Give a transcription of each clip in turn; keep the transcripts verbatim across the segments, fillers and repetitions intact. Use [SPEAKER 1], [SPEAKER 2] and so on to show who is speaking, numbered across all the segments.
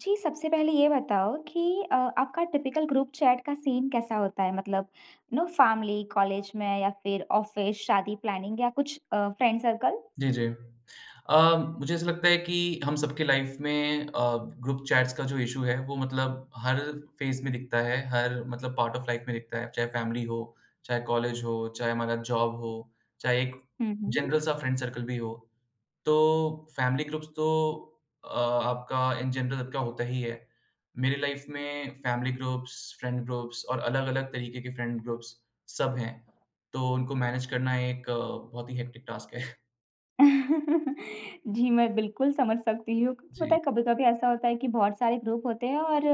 [SPEAKER 1] जी, सबसे पहले ये बताओ कि अ, आपका टिपिकल ग्रुप चैट का सीन कैसा होता है? मतलब यू नो फैमिली, कॉलेज में या फिर ऑफिस, शादी प्लानिंग या कुछ अ, फ्रेंड सर्कल?
[SPEAKER 2] जी, जी। अ, मुझे ऐसा लगता है कि हम सबके लाइफ में अ, ग्रुप चैट्स का जो इश्यू है वो मतलब हर फ़ेज़ में दिखता है, हर मतलब पार्ट ऑफ लाइफ में दिखता है, चाहे फैमिली हो, चाहे कॉलेज हो, चाहे हमारा जॉब हो, चाहे एक
[SPEAKER 1] हुँ, हुँ।
[SPEAKER 2] जनरल सा फ्रेंड सर्कल भी हो। तो फैमिली ग्रुप्स तो अ, आपका इन जनरल आपका होता ही है। मेरी लाइफ में फैमिली ग्रुप्स, फ्रेंड ग्रुप्स और अलग-अलग तरीके के फ्रेंड ग्रुप्स सब हैं, तो उनको मैनेज करना एक अ, बहुत ही हेक्टिक टास्क है।
[SPEAKER 1] जी, मैं बिल्कुल समझ सकती हूँ। क्योंकि पता
[SPEAKER 2] जी।
[SPEAKER 1] है कभी-कभी ऐसा होता है कि बहुत सारे ग्रुप होते हैं और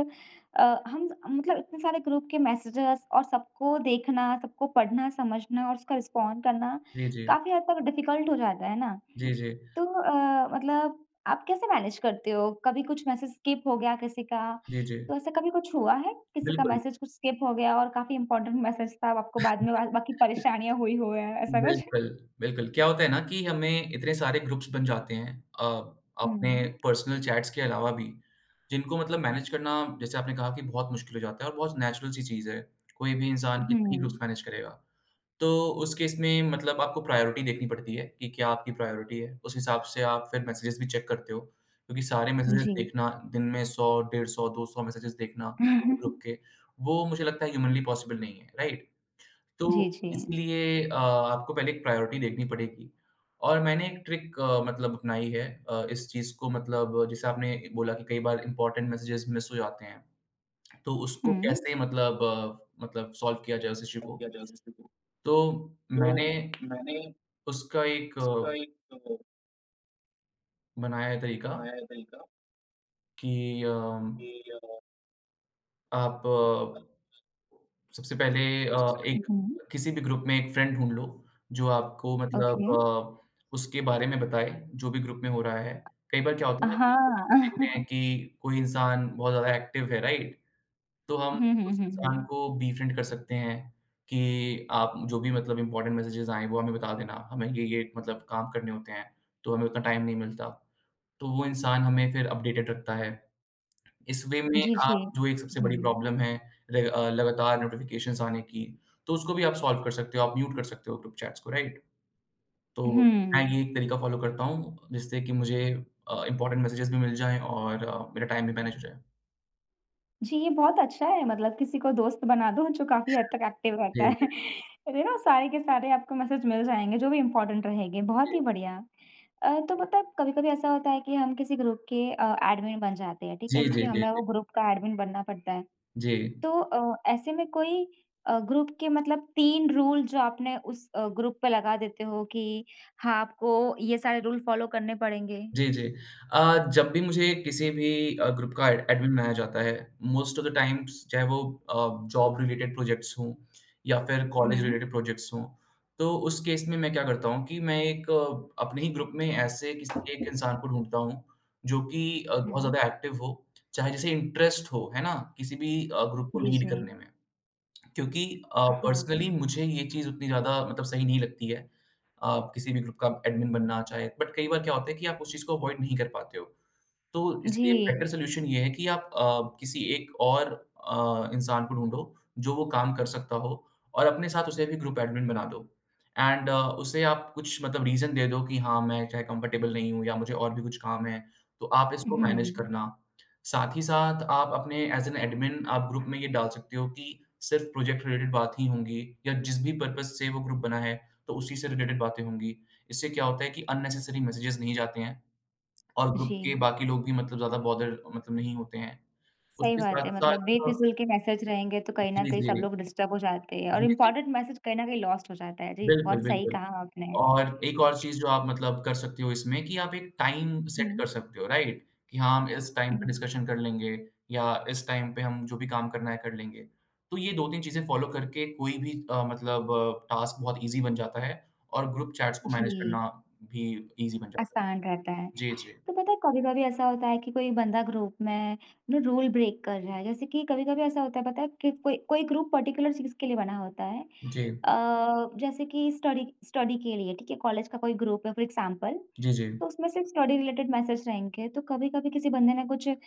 [SPEAKER 1] अ, हम मतलब इतने सारे ग्रुप के मैसेजेस और सबको देखना, सबको पढ़ना, समझना और उसका रिस्पॉन्ड करना
[SPEAKER 2] जी, जी।
[SPEAKER 1] काफ़ी हद तक डिफ़िकल्ट हो जाता है ना?
[SPEAKER 2] जी, जी।
[SPEAKER 1] तो अ, मतलब आप कैसे मैनेज करते हो? कभी कुछ मैसेज स्किप हो गया किसी का,
[SPEAKER 2] जी, जी।
[SPEAKER 1] तो ऐसा कभी कुछ हुआ है? किसी का
[SPEAKER 2] बिल्कुल,
[SPEAKER 1] मैसेज कुछ स्किप हो गया और काफ़ी इम्पोर्टेंट मैसेज था, अब आपको बाद में बा बाकी परेशानियाँ हुई हो या ऐसा कुछ?
[SPEAKER 2] बिल्कुल, बिल्कुल। क्या होता है ना कि हमें इतने सारे ग्रुप्स बन जाते हैं अ, अपने
[SPEAKER 1] हुँ,
[SPEAKER 2] पर्सनल चैट्स के अलावा भी, जिनको मतलब मैनेज करना जैसे आपने कहा कि बहुत मुश्किल हो जाता है और बहुत नेचुरल सी चीज़ है। कोई भी इंसान कितने ही ग्रुप्स
[SPEAKER 1] हुँ।
[SPEAKER 2] मैनेज करेगा। तो उस केस में मतलब आपको प्रायोरिटी देखनी पड़ती है कि क्या आपकी प्रायोरिटी है। उस हिसाब से आप फिर मैसेजेस भी चेक करते हो, क्योंकि सारे मैसेजेस
[SPEAKER 1] जी।
[SPEAKER 2] देखना दिन में सौ, डेढ़ सौ, दो सौ मैसेजेस देखना ग्रुप के, वो मुझे लगता है ह्यूमनली पॉसिबल नहीं है, राइट? तो
[SPEAKER 1] जी, जी।
[SPEAKER 2] इसलिए अ, आपको पहले एक प्रायोरिटी देखनी पड़ेगी और मैंने एक ट्रिक अ, मतलब अपनाई है अ, इस चीज़ को मतलब जैसे आपने बोला कि कई बार इम्पोर्टेंट मैसेजेस मिस हो जाते हैं, तो उसको
[SPEAKER 1] हुँ।
[SPEAKER 2] कैसे मतलब अ, मतलब सॉल्व किया जाए उस इश्यू को। तो मैंने उसका एक अ, बनाया है तरीका कि अ, आप सबसे पहले अ, एक
[SPEAKER 1] हुँ,
[SPEAKER 2] किसी भी ग्रुप में एक फ्रेंड ढूँढ लो, जो आपको मतलब
[SPEAKER 1] ओके।
[SPEAKER 2] अ, उसके बारे में बताए, जो भी ग्रुप में हो रहा है। कई बार क्या होता है ना कि ग्रुप
[SPEAKER 1] हाँ।
[SPEAKER 2] में देखते हैं कि कोई इंसान बहुत ज़्यादा एक्टिव है, राइट? तो हम
[SPEAKER 1] हुँ, हुँ,
[SPEAKER 2] उस
[SPEAKER 1] हुँ,
[SPEAKER 2] इंसान
[SPEAKER 1] हुँ।
[SPEAKER 2] को बी-फ्रेंड कर सकते हैं कि आप जो भी मतलब इम्पोर्टेंट मैसेजेज़ आएँ, वो हमें बता देना। हमें ये-ये मतलब काम करने होते हैं, तो हमें उतना टाइम नहीं मिलता। तो वो इंसान हमें फिर अपडेटेड रखता है। इस वे में
[SPEAKER 1] जी, जी।
[SPEAKER 2] आप जो एक सबसे बड़ी
[SPEAKER 1] हुँ,
[SPEAKER 2] प्रॉब्लम है र अ, लगातार नोटिफ़िकेशंस आने की, तो उसको भी आप सॉल्व कर सकते हो, आप म्यूट कर सकते हो ग्रुप चैट्स को, राइट? तो मैं
[SPEAKER 1] हुँ।
[SPEAKER 2] ये एक तरीका फ़ॉलो करता हूँ जिससे कि मुझे अ, इम्पोर्टेंट मैसेजेस भी मिल जाएँ और अ, मेरा टाइम भी मैनेज हो जाए।
[SPEAKER 1] जी, ये बहुत अच्छा है मतलब किसी को दोस्त बना दो जो काफ़ी हद तक एक्टिव रहता
[SPEAKER 2] जी, जी,
[SPEAKER 1] है। यू नो सारे के सारे आपको मैसेज मिल जाएँगे जो भी इम्पोर्टेंट रहेंगे,
[SPEAKER 2] जी।
[SPEAKER 1] बहुत ही बढ़िया। अ, तो मतलब कभी-कभी ऐसा होता है कि हम किसी ग्रुप के अ, एडमिन बन जाते हैं, ठीक
[SPEAKER 2] जी,
[SPEAKER 1] है? क्योंकि
[SPEAKER 2] जी, जी,
[SPEAKER 1] हमें
[SPEAKER 2] जी।
[SPEAKER 1] वो ग्रुप का एडमिन बनना पड़ता है।
[SPEAKER 2] जी।
[SPEAKER 1] तो अ, ऐसे में कोई अ, ग्रुप के मतलब तीन रूल जो आपने उस अ, ग्रुप पे लगा देते हो कि हाँ, आपको ये सारे रूल फ़ॉलो करने पड़ेंगे?
[SPEAKER 2] जी, जी। अ, जब भी मुझे किसी भी अ, ग्रुप का एड एडमिन बनाया जाता है, मोस्ट ऑफ़ द टाइम्स चाहे वो अ, जॉब रिलेटेड प्रोजेक्ट्स हों या फिर कॉलेज
[SPEAKER 1] हुँ,
[SPEAKER 2] रिलेटेड प्रोजेक्ट्स हों, तो उस केस में मैं क्या करता हूँ कि मैं एक अ, अपने ही ग्रुप में ऐसे किसी एक इंसान को ढूँढता हूँ, जो कि अ, बहुत
[SPEAKER 1] हुँ।
[SPEAKER 2] ज़्यादा एक्टिव हो, चाहे जिसे इंटरेस्ट हो, है ना? किसी भी अ, ग्रुप को
[SPEAKER 1] जी,
[SPEAKER 2] लीड
[SPEAKER 1] जी।
[SPEAKER 2] करने में। क्योंकि अ,
[SPEAKER 1] हाँ।
[SPEAKER 2] पर्सनली मुझे ये चीज़ उतनी ज़्यादा मतलब सही नहीं लगती है अ, किसी भी ग्रुप का एडमिन बनना चाहे बट कई बार क्या होता है कि आप उस चीज़ को अवॉइड नहीं कर पाते हो। तो
[SPEAKER 1] जी।
[SPEAKER 2] इसलिए बेटर सॉल्यूशन ये है कि आप अ, किसी एक और अ, इंसान को ढूँढो, जो वो काम कर सकता हो और अपने साथ उसे भी ग्रुप एडमिन बना दो एंड अ, उसे आप कुछ मतलब रीज़न दे दो कि हाँ, मैं चाहे कंफर्टेबल नहीं हूँ या मुझे और भी कुछ काम है, तो आप इसको मैनेज
[SPEAKER 1] हुँ।
[SPEAKER 2] करना। साथ ही साथ आप अपने एज़ एन एडमिन आप ग्रुप में ये डाल सकते हो कि सिर्फ़ प्रोजेक्ट रिलेटेड बात ही होंगी या जिस भी पर्पज़ से वो ग्रुप बना है, तो उसी से रिलेटेड बातें होंगी। इससे क्या होता है कि अननेसेसरी मैसेजेस नहीं जाते हैं और ग्रुप
[SPEAKER 1] जी।
[SPEAKER 2] के बाकी लोग भी मतलब ज़्यादा बॉदर मतलब नहीं होते हैं।
[SPEAKER 1] सही
[SPEAKER 2] उसके
[SPEAKER 1] बात है, मतलब
[SPEAKER 2] साथ-साथ
[SPEAKER 1] बेफिज़ूल के मैसेज रहेंगे तो कहीं न
[SPEAKER 2] जी,
[SPEAKER 1] कहीं
[SPEAKER 2] जी।
[SPEAKER 1] सब लोग डिस्टर्ब हो जाते हैं और
[SPEAKER 2] जी, जी।
[SPEAKER 1] इम्पोर्टेंट मैसेज कहीं न कहीं लॉस्ट हो जाता है। जी,
[SPEAKER 2] बिल्कुल,
[SPEAKER 1] बहुत सही
[SPEAKER 2] बिल्कुल।
[SPEAKER 1] कहा आपने।
[SPEAKER 2] और एक और चीज़ जो आप मतलब कर सकते हो इसमें कि आप एक टाइम सेट
[SPEAKER 1] हुँ,
[SPEAKER 2] कर सकते हो, राइट? कि हाँ, हम इस टाइम पे
[SPEAKER 1] हुँ।
[SPEAKER 2] डिस्कशन कर लेंगे या इस टाइम पे हम जो भी काम करना है कर लेंगे। तो ये दो-तीन चीज़ें फॉलो करके कोई भी अ, मतलब टास्क बहुत ईज़ी बन जाता है और ग्रुप चैट्स को मैनेज
[SPEAKER 1] जी।
[SPEAKER 2] करना भी ईज़ी बन जाता है।
[SPEAKER 1] आसान रहता है।
[SPEAKER 2] जी, जी।
[SPEAKER 1] तो पता है कभी-कभी ऐसा होता है कि कोई बंदा ग्रुप में ना रूल ब्रेक कर रहा है। जैसे कि कभी-कभी ऐसा होता है पता है कि कोई कोई ग्रुप पर्टिकुलर चीज़ के लिए बना होता है।
[SPEAKER 2] जी।
[SPEAKER 1] अ, जैसे कि स्टडी स्टडी के लिए ठीक है, कॉलेज का कोई ग्रुप है फॉर एग्ज़ाम्पल,
[SPEAKER 2] जी, जी।
[SPEAKER 1] तो उसमें सिर्फ स्टडी रिलेटेड मैसेज रहेंगे। तो कभी-कभी किसी बंदे ने कुछ अ,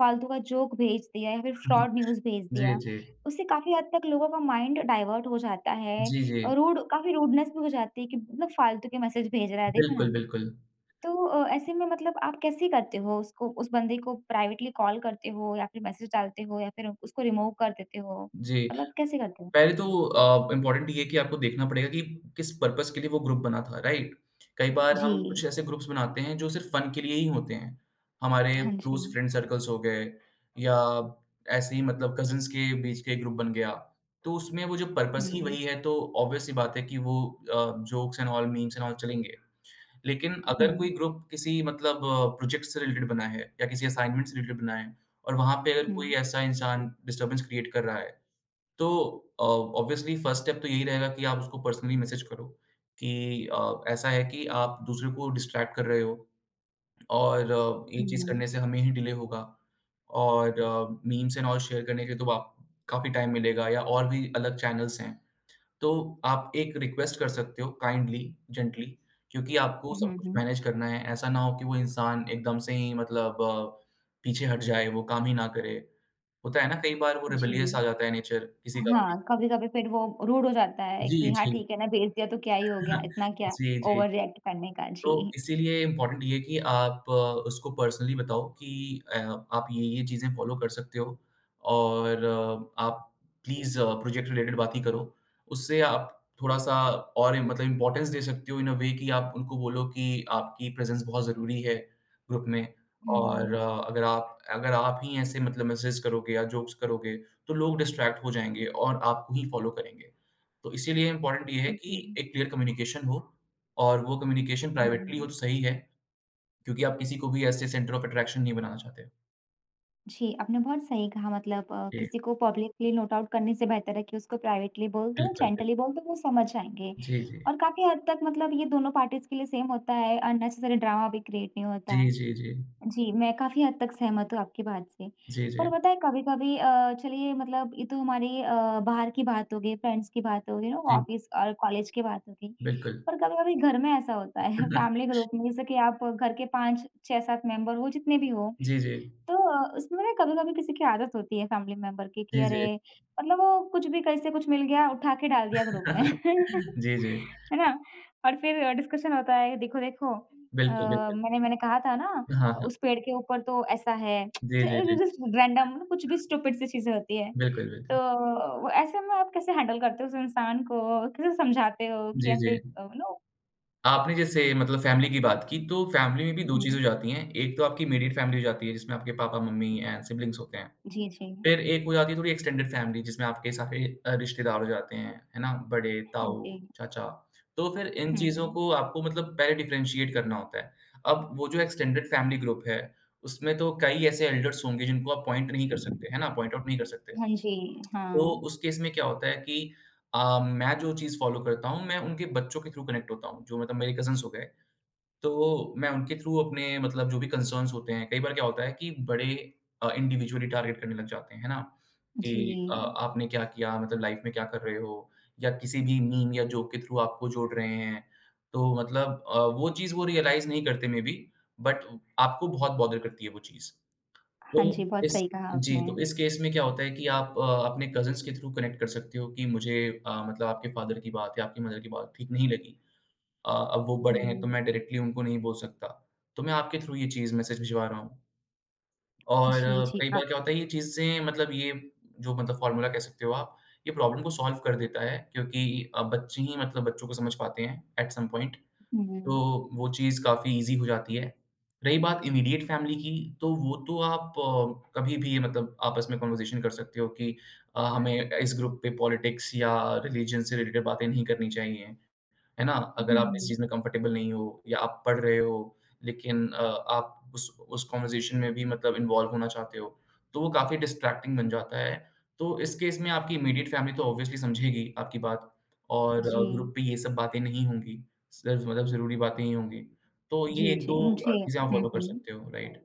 [SPEAKER 1] फालतू का जोक भेज दिया या फिर फ्रॉड न्यूज़ भेज
[SPEAKER 2] जी,
[SPEAKER 1] दिया।
[SPEAKER 2] जी।
[SPEAKER 1] उससे काफ़ी हद तक लोगों का माइंड डाइवर्ट हो जाता है
[SPEAKER 2] जी, जी।
[SPEAKER 1] और रूड काफ़ी रूडनेस भी हो जाती है कि मतलब फालतू के मैसेज भेज रहा है, देखो ना।
[SPEAKER 2] बिल्कुल, बिल्कुल।
[SPEAKER 1] तो अ, ऐसे में मतलब आप कैसे करते हो उसको उस बंदे को प्राइवेटली कॉल करते हो या फिर मैसेज डालते हो या फिर उसको रिमूव कर देते हो?
[SPEAKER 2] जी,
[SPEAKER 1] मतलब कैसे करते हो?
[SPEAKER 2] पहले तो अ, इम्पोर्टेंट ये है कि आपको देखना पड़ेगा कि किस पर्पज़ के लिए वो ग्रुप बना था, राइट? कई बार
[SPEAKER 1] जी।
[SPEAKER 2] हम कुछ ऐसे ग्रुप्स बनाते हैं जो सिर्फ़ फ़न के लिए ही होते हैं। हमारे
[SPEAKER 1] हाँ जी।
[SPEAKER 2] क्लोज़ फ्रेंड सर्कल्स हो गए या ऐसे ही मतलब कज़िन्स के बीच के ग्रुप बन गया। तो उसमें वो जो
[SPEAKER 1] हुँ,
[SPEAKER 2] पर्पज़ ही
[SPEAKER 1] हुँ,
[SPEAKER 2] वही है तो ऑब्वियस सी बात है कि वो अ, jokes and all, memes and all चलेंगे। लेकिन अगर कोई
[SPEAKER 1] हुँ,
[SPEAKER 2] ग्रुप किसी मतलब प्रोजेक्ट से रिलेटेड बना है या किसी असाइनमेंट से रिलेटेड बना है और वहाँ पे अगर
[SPEAKER 1] हुँ,
[SPEAKER 2] कोई ऐसा इंसान डिस्टर्बेंस क्रिएट कर रहा है, तो अ, ऑब्वियसली फर्स्ट स्टेप तो यही रहेगा कि आप उसको पर्सनली मैसेज करो कि अ, ऐसा है कि आप दूसरे को डिस्ट्रैक्ट कर रहे हो और अ, ये चीज़ करने से हमें ही डिले होगा और मीम्स एंड ऑल शेयर करने के लिए तो आप काफ़ी टाइम मिलेगा या और भी अलग चैनल्स हैं। तो आप एक रिक्वेस्ट कर सकते हो काइंडली, जेंटली क्योंकि आपको सब
[SPEAKER 1] हुँ,
[SPEAKER 2] कुछ
[SPEAKER 1] हुँ।
[SPEAKER 2] मैनेज करना है। ऐसा ना हो कि वो इंसान एकदम से ही मतलब अ, पीछे हट जाए, वो काम ही ना करे। होता है ना कई बार वो रिबेलियस
[SPEAKER 1] जी।
[SPEAKER 2] आ जाता है नेचर किसी का भी।
[SPEAKER 1] हाँ, कभी-कभी फिर वो रूड हो जाता है
[SPEAKER 2] जी,
[SPEAKER 1] कि हाँ,
[SPEAKER 2] जी।
[SPEAKER 1] ठीक है ना, भेज दिया तो क्या ही हो गया, इतना क्या
[SPEAKER 2] जी, जी।
[SPEAKER 1] ओवर रिएक्ट करने का।
[SPEAKER 2] तो
[SPEAKER 1] जी।
[SPEAKER 2] इसीलिए इम्पोर्टेंट ये है कि आप अ, उसको पर्सनली बताओ कि अ, आप ये-ये चीज़ें फ़ॉलो कर सकते हो और अ, आप प्लीज़ प्रोजेक्ट रिलेटेड बात ही करो। उससे आप थोड़ा-सा और मतलब इम्पोर्टेंस दे सकते हो इन अ वे कि आप उनको बोलो कि आपकी प्रेज़ेंस बहुत ज़रूरी है ग्रुप में और
[SPEAKER 1] हुँ,
[SPEAKER 2] अ, अगर आप अगर आप ही ऐसे मतलब मैसेज करोगे या जोक्स करोगे, तो लोग डिस्ट्रैक्ट हो जाएँगे और आपको ही फ़ॉलो करेंगे। तो इसीलिए इम्पोर्टेंट ये है कि
[SPEAKER 1] ओके। हुँ,
[SPEAKER 2] एक क्लियर कम्युनिकेशन हो। और वो कम्युनिकेशन प्राइवेटली हो
[SPEAKER 1] हुँ।
[SPEAKER 2] तो सही है, क्योंकि आप किसी को भी ऐसे सेंटर ऑफ अट्रैक्शन नहीं बनाना चाहते।
[SPEAKER 1] जी, आपने बहुत सही कहा मतलब अ,
[SPEAKER 2] जी,
[SPEAKER 1] किसी को पब्लिकली नोट आउट करने से बेहतर है कि उसको प्राइवेटली बोल दो,
[SPEAKER 2] बिल्कुल, बिल
[SPEAKER 1] जेंटली बोल दो, वो समझ जाएँगे।
[SPEAKER 2] जी, जी।
[SPEAKER 1] और काफ़ी हद तक मतलब ये दोनों पार्टीज़ के लिए सेम होता है, अननेसेसरी ड्रामा भी क्रिएट नहीं होता।
[SPEAKER 2] जी, जी, जी।
[SPEAKER 1] जी, मैं काफ़ी हद तक सहमत हूँ आपकी बात से।
[SPEAKER 2] जी,
[SPEAKER 1] पर
[SPEAKER 2] जी।
[SPEAKER 1] पता है कभी-कभी अ, चलिए मतलब ये तो हमारी अ, बाहर की बात हो गई, फ्रेंड्स की बात हो गई ना,
[SPEAKER 2] जी,
[SPEAKER 1] ऑफ़िस और कॉलेज की बात हो गई।
[SPEAKER 2] बिल्कुल।
[SPEAKER 1] पर कभी-कभी घर में ऐसा होता है, फैमिली ग्रुप में जैसे कि आप घर के पाँच, छह, सात मेंबर हो, जितने भी हो,
[SPEAKER 2] जी, जी।
[SPEAKER 1] तो अ, उसमें ना कभी-कभी किसी की आदत होती है फैमिली मेंबर की कि
[SPEAKER 2] जी, जी।
[SPEAKER 1] अरे! मतलब वो कुछ भी कैसे कुछ मिल गया, उठा के डाल दिया ग्रुप में।
[SPEAKER 2] जी, जी।
[SPEAKER 1] है ना? और फिर डिस्कशन होता है, देखो, देखो अ,
[SPEAKER 2] बिल्कुल, बिल्कुल।
[SPEAKER 1] मैंने मैंने कहा था ना,
[SPEAKER 2] हाँ, हाँ।
[SPEAKER 1] उस पेड़ के ऊपर तो ऐसा है।
[SPEAKER 2] जी,
[SPEAKER 1] ज
[SPEAKER 2] जी, जी।
[SPEAKER 1] जस्ट रैंडम कुछ भी स्टूपिड सी चीज़ें होती हैं।
[SPEAKER 2] बिल्कुल,
[SPEAKER 1] तो
[SPEAKER 2] बिल्कुल।
[SPEAKER 1] वो ऐसे में आप कैसे हैंडल करते हो उस इंसान को? कैसे समझाते हो कि
[SPEAKER 2] जी, जी।
[SPEAKER 1] ऐसे अ, नो
[SPEAKER 2] आपने जैसे मतलब फैमिली की बात की, तो फैमिली में भी दो चीज़ें
[SPEAKER 1] हुँ।
[SPEAKER 2] हो जाती हैं। एक तो आपकी इमीडिएट फैमिली हो जाती है, जिसमें आपके पापा-मम्मी एंड सिब्लिंग्स होते हैं।
[SPEAKER 1] जी, जी।
[SPEAKER 2] फिर एक हो जाती है थोड़ी एक्सटेंडेड फैमिली जिसमें आपके सारे अ, रिश्तेदार हो जाते हैं, है ना? बड़े,
[SPEAKER 1] हाँ
[SPEAKER 2] ताऊ,
[SPEAKER 1] जी।
[SPEAKER 2] चाचा, तो फिर इन
[SPEAKER 1] हुँ,
[SPEAKER 2] चीज़ों
[SPEAKER 1] हुँ।
[SPEAKER 2] को आपको मतलब पहले डिफरेंशिएट करना होता है। अब वो जो एक्सटेंडेड फैमिली ग्रुप है, उसमें तो कई ऐसे एल्डर्स होंगे जिनको आप पॉइंट नहीं कर सकते, है ना? पॉइंट आउट नहीं कर सकते।
[SPEAKER 1] हाँ जी,
[SPEAKER 2] तो
[SPEAKER 1] हाँ।
[SPEAKER 2] उस केस में क्या होता है कि अ, मैं जो चीज़ फॉलो करता हूँ, मैं उनके बच्चों के थ्रू कनेक्ट होता हूँ, जो मतलब मेरे कज़िन्स हो गए। तो मैं उनके थ्रू अपने मतलब जो भी कंसर्न्स होते हैं, कई बार क्या होता है कि बड़े अ, इंडिविजुअली टारगेट करने लग जाते हैं, है ना?
[SPEAKER 1] जी।
[SPEAKER 2] कि अ, आपने क्या किया मतलब लाइफ में क्या कर रहे हो? या किसी भी मीम या जोक के थ्रू आपको जोड़ रहे हैं। तो मतलब अ, वो चीज़ वो रियलाइज़ नहीं करते मे बी बट आपको बहुत बॉदर करती है वो चीज़।
[SPEAKER 1] हाँ
[SPEAKER 2] तो
[SPEAKER 1] जी, बहुत
[SPEAKER 2] इस
[SPEAKER 1] सही कहा
[SPEAKER 2] जी,
[SPEAKER 1] आपने।
[SPEAKER 2] तो इस केस में क्या होता है कि आप अ, अपने कज़िन्स के थ्रू कनेक्ट कर सकते हो कि मुझे अ, मतलब आपके फादर की बात या आपकी मदर की बात ठीक नहीं लगी। अ, अब वो बड़े हैं
[SPEAKER 1] हुँ,
[SPEAKER 2] तो मैं डायरेक्टली उनको नहीं बोल सकता। तो मैं आपके थ्रू ये चीज़ मैसेज भिजवा रहा हूँ। और
[SPEAKER 1] जी,
[SPEAKER 2] अ,
[SPEAKER 1] जी,
[SPEAKER 2] कई
[SPEAKER 1] का
[SPEAKER 2] बार क्या होता है ये चीज़ें मतलब ये जो मतलब फ़ॉर्मूला कह सकते हो आप, ये प्रॉब्लम को सॉल्व कर देता है क्योंकि अ, बच्चे ही मतलब बच्चों को समझ पाते हैं एट सम पॉइंट।
[SPEAKER 1] हुँ,
[SPEAKER 2] तो वो चीज़ काफ़ी ईज़ी हो जाती है। रही बात इमीडिएट फ़ैमिली की तो वो तो आप अ, कभी भी मतलब आपस में कन्वर्सेशन कर सकते हो कि अ, हमें इस ग्रुप पे पॉलिटिक्स या रिलिजन से रिलेटेड बातें नहीं करनी चाहिए। है ना? अगर आप इस
[SPEAKER 1] हुँ,
[SPEAKER 2] चीज़ में कंफर्टेबल नहीं हो या आप पढ़ रहे हो लेकिन अ, आप उस उस कन्वर्सेशन में भी मतलब इन्वॉल्व होना चाहते हो, तो वो काफ़ी डिस्ट्रैक्टिंग बन जाता है। तो इस केस में आपकी इमीडिएट फैमिली तो ऑब्वियसली समझेगी आपकी बात और ग्रुप
[SPEAKER 1] जी,
[SPEAKER 2] पे ये सब बातें नहीं होंगी, सिर्फ मतलब ज़रूरी बातें ही होंगी। तो ये
[SPEAKER 1] जी, जी,
[SPEAKER 2] एक-दो
[SPEAKER 1] मुझे
[SPEAKER 2] अ, चीज़ें आप
[SPEAKER 1] हुँ,
[SPEAKER 2] फॉलो कर
[SPEAKER 1] हुँ।
[SPEAKER 2] सकते हो, राइट?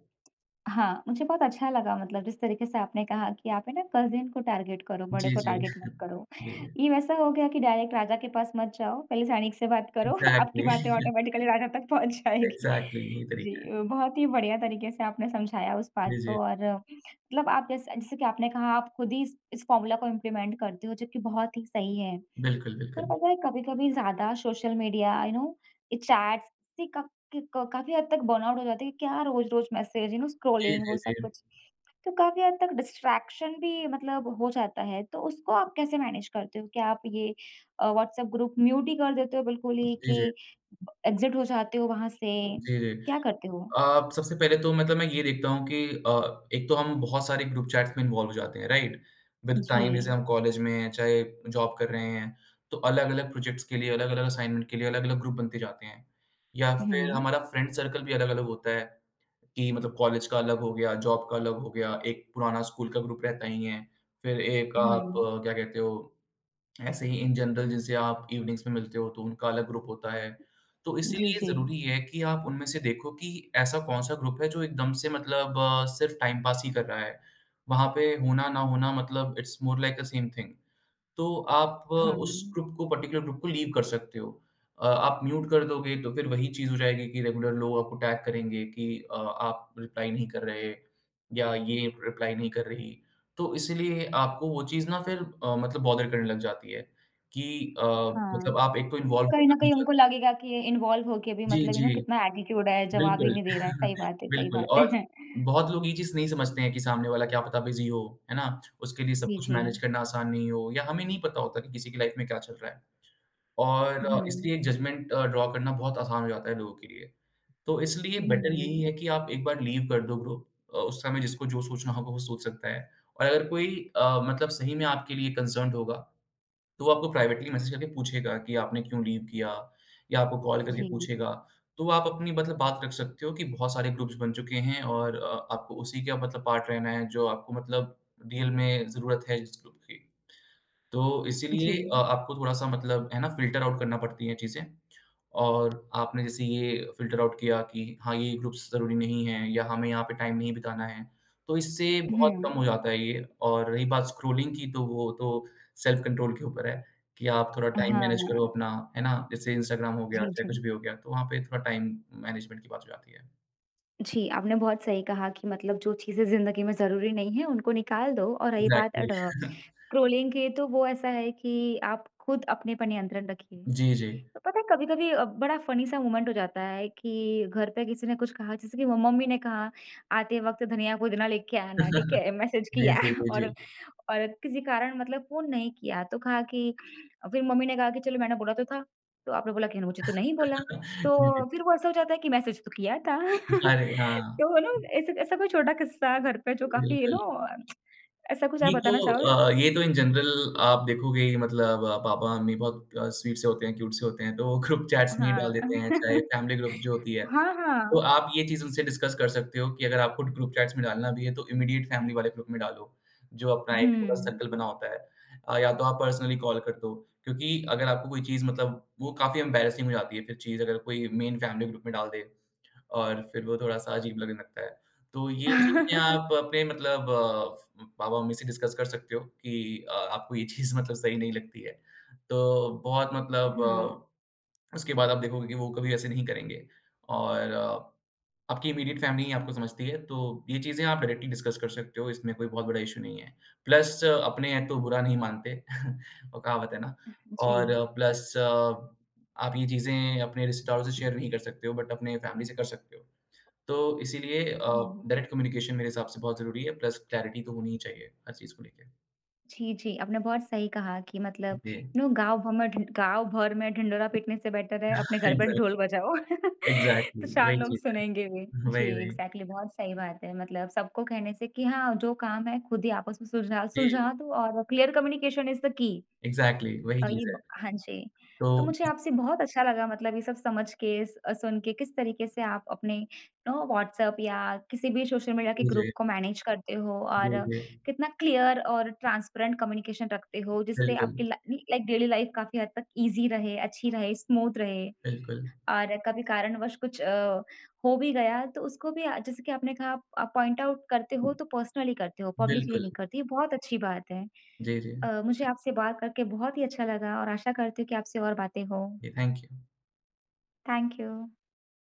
[SPEAKER 1] हाँ, मुझे बहुत अच्छा लगा मतलब जिस तरीके से आपने कहा कि आप है ना कज़िन को टारगेट करो, बड़े
[SPEAKER 2] जी,
[SPEAKER 1] को
[SPEAKER 2] जी।
[SPEAKER 1] टारगेट मत करो।
[SPEAKER 2] जी, जी।
[SPEAKER 1] ये वैसा हो गया कि डायरेक्ट राजा के पास मत जाओ, पहले सैनिक से बात करो, आपकी
[SPEAKER 2] एग्ज़ैक्टली,
[SPEAKER 1] बातें ऑटोमेटिकली राजा तक पहुँच जाएगी।
[SPEAKER 2] एग्ज़ैक्टली। यही तरीका
[SPEAKER 1] जी,
[SPEAKER 2] है।
[SPEAKER 1] अ, बहुत ही बढ़िया तरीके से आपने समझाया उस
[SPEAKER 2] जी,
[SPEAKER 1] बात
[SPEAKER 2] जी।
[SPEAKER 1] को और अ, मतलब आप जैसे जैसे कि आपने कहा आप खुद ही इस इस फ़ॉर्मूला को इम्प्लीमेंट करते हो जो कि बहुत ही सही है।
[SPEAKER 2] बिल्कुल,
[SPEAKER 1] पर
[SPEAKER 2] बिल्कुल।
[SPEAKER 1] पता है कभी-कभी ज़्यादा सोशल मीडिया यू नो ये चैट्स से क क काफ़ी हद तक बर्नआउट हो जाते हैं कि क्या रोज़-रोज़ मैसेज यू नो
[SPEAKER 2] जी,
[SPEAKER 1] स्क्रॉलिंग
[SPEAKER 2] जी,
[SPEAKER 1] वो
[SPEAKER 2] जी।
[SPEAKER 1] सब कुछ। तो काफ़ी हद तक डिस्ट्रैक्शन भी मतलब हो जाता है, तो उसको आप कैसे मैनेज करते हो? क्या आप ये अ, व्हाट्सएप ग्रुप म्यूट ही कर देते हो बिल्कुल ही
[SPEAKER 2] जी, जी।
[SPEAKER 1] कि एग्ज़िट हो जाते हो वहाँ से?
[SPEAKER 2] जी, जी।
[SPEAKER 1] क्या करते हो?
[SPEAKER 2] अ, सबसे पहले तो मतलब मैं ये देखता हूँ कि अ, एक तो हम बहुत सारे ग्रुप चैट्स में इन्वॉल्व हो जाते हैं, राइट? With
[SPEAKER 1] ji.
[SPEAKER 2] टाइम जैसे हम कॉलेज में हैं, चाहे जॉब कर रहे हैं, तो अलग-अलग प्रोजेक्ट्स के लिए, अलग-अलग असाइनमेंट के लिए अलग-अलग ग्रुप बनते जाते हैं। या फिर
[SPEAKER 1] हुँ,
[SPEAKER 2] हमारा फ्रेंड सर्कल भी अलग-अलग होता है कि मतलब कॉलेज का अलग हो गया, जॉब का अलग हो गया, एक पुराना स्कूल का ग्रुप रहता ही है। फिर एक आप
[SPEAKER 1] हुँ।
[SPEAKER 2] आ, क्या कहते हो ऐसे ही इन जनरल जिनसे आप इवनिंग्स में मिलते हो तो उनका अलग ग्रुप होता है। तो
[SPEAKER 1] जी,
[SPEAKER 2] इसीलिए
[SPEAKER 1] जी।
[SPEAKER 2] ज़रूरी है कि आप उनमें से देखो कि ऐसा कौन-सा ग्रुप है जो एकदम से मतलब सिर्फ़ टाइम पास ही कर रहा है। वहाँ पे होना ना होना मतलब it's more like a same thing. तो आप
[SPEAKER 1] हाँ,
[SPEAKER 2] उस ग्रुप को पर्टिकुलर ग्रुप को लीव कर सकते हो। अ, आप म्यूट कर दोगे तो फिर वही चीज़ हो जाएगी कि रेगुलर लोग आपको टैग करेंगे कि अ, आप रिप्लाई नहीं कर रहे या ये रिप्लाई नहीं कर रही। तो इसीलिए आपको वो चीज़ ना फिर अ, मतलब बॉदर करने लग जाती है कि अ,
[SPEAKER 1] हाँ।
[SPEAKER 2] मतलब आप एक तो इन्वॉल्व
[SPEAKER 1] कहीं
[SPEAKER 2] होना
[SPEAKER 1] न
[SPEAKER 2] नहीं
[SPEAKER 1] कहीं उनको
[SPEAKER 2] चाहते।
[SPEAKER 1] लगेगा कि ये इन्वॉल्व होके भी
[SPEAKER 2] जी,
[SPEAKER 1] मतलब यू नो
[SPEAKER 2] जी,
[SPEAKER 1] कितना एटीट्यूड है, जवाब ही
[SPEAKER 2] बिल्कुल।
[SPEAKER 1] नहीं दे रहा है। सही बात है, सही
[SPEAKER 2] बिल्कुल।
[SPEAKER 1] बात
[SPEAKER 2] और
[SPEAKER 1] है।
[SPEAKER 2] बहुत लोग ये चीज़ नहीं समझते हैं कि सामने वाला क्या पता बिज़ी हो, है ना? उसके लिए सब
[SPEAKER 1] जी,
[SPEAKER 2] कुछ
[SPEAKER 1] जी।
[SPEAKER 2] मैनेज करना आसान नहीं हो या हमें नहीं पता होता कि किसी की लाइफ़ में क्या चल रहा है। और अ,
[SPEAKER 1] हुँ,
[SPEAKER 2] इसलिए एक जजमेंट अ, ड्रॉ करना बहुत आसान हो जाता है लोगों के लिए। तो इसलिए बेटर यही
[SPEAKER 1] हुँ।
[SPEAKER 2] है कि आप एक बार लीव कर दो ग्रुप। अ, उस समय जिसको जो सोचना होगा वो सोच सकता है। और अगर कोई अ, मतलब सही में आपके लिए कंसर्न्ड होगा, तो वो आपको प्राइवेटली मैसेज करके पूछेगा कि आपने क्यों लीव किया या आपको कॉल करके
[SPEAKER 1] जी,
[SPEAKER 2] पूछेगा। तो आप अपनी मतलब बात रख सकते हो कि बहुत सारे ग्रुप्स बन चुके हैं और अ, आपको उसी का मतलब पार्ट रहना है जो आपको मतलब रियल में ज़रूरत है जिस ग्रुप की। तो
[SPEAKER 1] जी।
[SPEAKER 2] इसीलिए अ, आपको थोड़ा-सा मतलब है ना फ़िल्टर आउट करना पड़ती हैं चीज़ें। और आपने जैसे ये फ़िल्टर आउट किया कि हाँ, ये ग्रुप्स ज़रूरी नहीं हैं या हमें यहाँ पे टाइम नहीं बिताना है, तो इससे बहुत कम
[SPEAKER 1] हुँ।
[SPEAKER 2] हो जाता है ये। और रही बात स्क्रॉलिंग की तो वो तो सेल्फ कंट्रोल के ऊपर है कि आप थोड़ा टाइम मैनेज
[SPEAKER 1] हाँ।
[SPEAKER 2] करो अपना, है ना? जैसे इंस्टाग्राम हो गया,
[SPEAKER 1] जी,
[SPEAKER 2] चाहे कुछ
[SPEAKER 1] जी।
[SPEAKER 2] भी हो गया, तो वहाँ पे थोड़ा टाइम मैनेजमेंट की बात हो जाती है।
[SPEAKER 1] जी, आपने बहुत सही कहा कि मतलब जो चीज़ें ज़िंदगी में ज़रूरी नहीं है, उनको निकाल दो और रही बात
[SPEAKER 2] एग्ज़ैक्टली।
[SPEAKER 1] अड स्क्रॉलिंग की, तो वो ऐसा है कि आप खुद अपने पर नियंत्रण रखिए।
[SPEAKER 2] जी, जी।
[SPEAKER 1] तो पता है कभी-कभी अ, बड़ा फ़नी सा मोमेंट हो जाता है कि घर पे किसी ने कुछ कहा जैसे कि म मम्मी ने कहा, "आते वक़्त धनिया पुदीना लेके आना" ठीक है?
[SPEAKER 2] जी,
[SPEAKER 1] मैसेज किया
[SPEAKER 2] जी, जी,
[SPEAKER 1] और
[SPEAKER 2] जी।
[SPEAKER 1] और किसी कारण मतलब फ़ोन नहीं किया तो कहा कि फिर मम्मी ने कहा कि चलो मैंने बोला तो था, तो आपने बोला कि मुझे तो नहीं बोला,
[SPEAKER 2] जी, जी।
[SPEAKER 1] तो फिर वो ऐसा हो जाता है कि मैसेज तो किया था।
[SPEAKER 2] अरे! हाँ।
[SPEAKER 1] तो ना ऐसा ऐसा कोई छोटा किस्सा घर पे जो काफ़ी यू
[SPEAKER 2] बिल्कुल।
[SPEAKER 1] नो ऐसा कुछ
[SPEAKER 2] ये
[SPEAKER 1] आप
[SPEAKER 2] तो
[SPEAKER 1] बताना चाहोगे?
[SPEAKER 2] अ, ये तो इन जनरल आप देखोगे ही मतलब अ, पापा-मम्मी बहुत अ, स्वीट से होते हैं, क्यूट से होते हैं, तो वो ग्रुप चैट्स में ही डाल
[SPEAKER 1] हाँ।
[SPEAKER 2] देते हैं, चाहे फैमिली ग्रुप जो होती है।
[SPEAKER 1] हाँ,
[SPEAKER 2] तो
[SPEAKER 1] हाँ।
[SPEAKER 2] आप ये चीज़ उनसे डिस्कस कर सकते हो कि अगर आपको ग्रुप चैट्स में डालना भी है, तो इमीडिएट फैमिली वाले ग्रुप में डालो, जो अपना एक छोटा
[SPEAKER 1] हुँ।
[SPEAKER 2] सर्कल बना होता है। अ, या तो आप पर्सनली कॉल कर दो, क्योंकि अगर आपको कोई चीज़ मतलब वो काफ़ी एम्बैरेसिंग हो जाती है फिर चीज़ अगर कोई मेन फैमिली ग्रुप में डाल दे। और फिर वो थोड़ा-सा अजीब लगने लगता है। तो ये चीज़ें आप अपने मतलब अ, पापा-मम्मी से डिस्कस कर सकते हो कि अ, आपको ये चीज़ मतलब सही नहीं लगती है। तो बहुत मतलब
[SPEAKER 1] हुँ,
[SPEAKER 2] अ, उसके बाद आप देखोगे कि वो कभी ऐसे नहीं करेंगे और आपकी इमीडिएट फैमिली ही आपको समझती है, तो ये चीज़ें आप डायरेक्टली डिस्कस कर सकते हो, इसमें कोई बहुत बड़ा इश्यू नहीं है। प्लस अपने हैं तो बुरा नहीं मानते, वो कहावत है ना।
[SPEAKER 1] जी।
[SPEAKER 2] और प्लस आप ये चीज़ें अपने रिश्तेदारों से शेयर नहीं कर सकते हो बट अपने फैमिली से कर सकते हो। तो इसीलिए अ,
[SPEAKER 1] हुँ।
[SPEAKER 2] डायरेक्ट कम्युनिकेशन मेरे हिसाब से बहुत ज़रूरी है, प्लस क्लैरिटी तो होनी ही चाहिए हर चीज़ को लेके।
[SPEAKER 1] जी, जी, आपने बहुत सही कहा कि मतलब
[SPEAKER 2] जी,
[SPEAKER 1] नो गाँव भर में ढिं गाँव भर में ढिंढोरा पीटने से बेटर है अपने घर पर
[SPEAKER 2] एग्ज़ैक्टली,
[SPEAKER 1] ढोल बजाओ।
[SPEAKER 2] एग्ज़ैक्टली
[SPEAKER 1] तो चार
[SPEAKER 2] वही
[SPEAKER 1] लोग
[SPEAKER 2] चीज़
[SPEAKER 1] सुनेंगे भी।
[SPEAKER 2] है।
[SPEAKER 1] जी,
[SPEAKER 2] वही, वही।
[SPEAKER 1] एग्ज़ैक्टली बहुत सही बात है मतलब सबको कहने से कि हाँ, जो काम है खुद ही आपस में सुलझा
[SPEAKER 2] जी,
[SPEAKER 1] सुलझा दो और clear communication is the key.
[SPEAKER 2] Exactly वही
[SPEAKER 1] अ, ये
[SPEAKER 2] चीज़ है।
[SPEAKER 1] ब हाँ जी।
[SPEAKER 2] तो
[SPEAKER 1] तो मुझे
[SPEAKER 2] इस
[SPEAKER 1] आपसे बहुत अच्छा लगा मतलब ये सब समझ के स- अ, सुन के किस तरीके से आप अपने यू नो व्हाट्सएप या किसी भी सोशल मीडिया के
[SPEAKER 2] जी,
[SPEAKER 1] ग्रुप को मैनेज करते हो और
[SPEAKER 2] जी, जी, जी।
[SPEAKER 1] कितना क्लियर और ट्रांसपेरेंट कम्युनिकेशन रखते हो जिससे
[SPEAKER 2] बिल्कुल,
[SPEAKER 1] आपकी ला लाइक डेली लाइफ काफ़ी हद तक ईज़ी रहे, अच्छी रहे, स्मूथ रहे।
[SPEAKER 2] बिल्कुल,
[SPEAKER 1] और कभी कारणवश कुछ अ, हो भी गया तो उसको भी अ, जैसे कि आपने कहा आप पॉइंट आउट करते हो तो पर्सनली करते हो, पब्लिकली
[SPEAKER 2] बिल्कुल।
[SPEAKER 1] नहीं करते, ये बहुत अच्छी बात है।
[SPEAKER 2] जी, जी।
[SPEAKER 1] अ, मुझे आपसे बात करके बहुत ही अच्छा लगा और आशा करती हूँ कि आपसे और बातें हों।
[SPEAKER 2] जी, थैंक यू।
[SPEAKER 1] Thank you.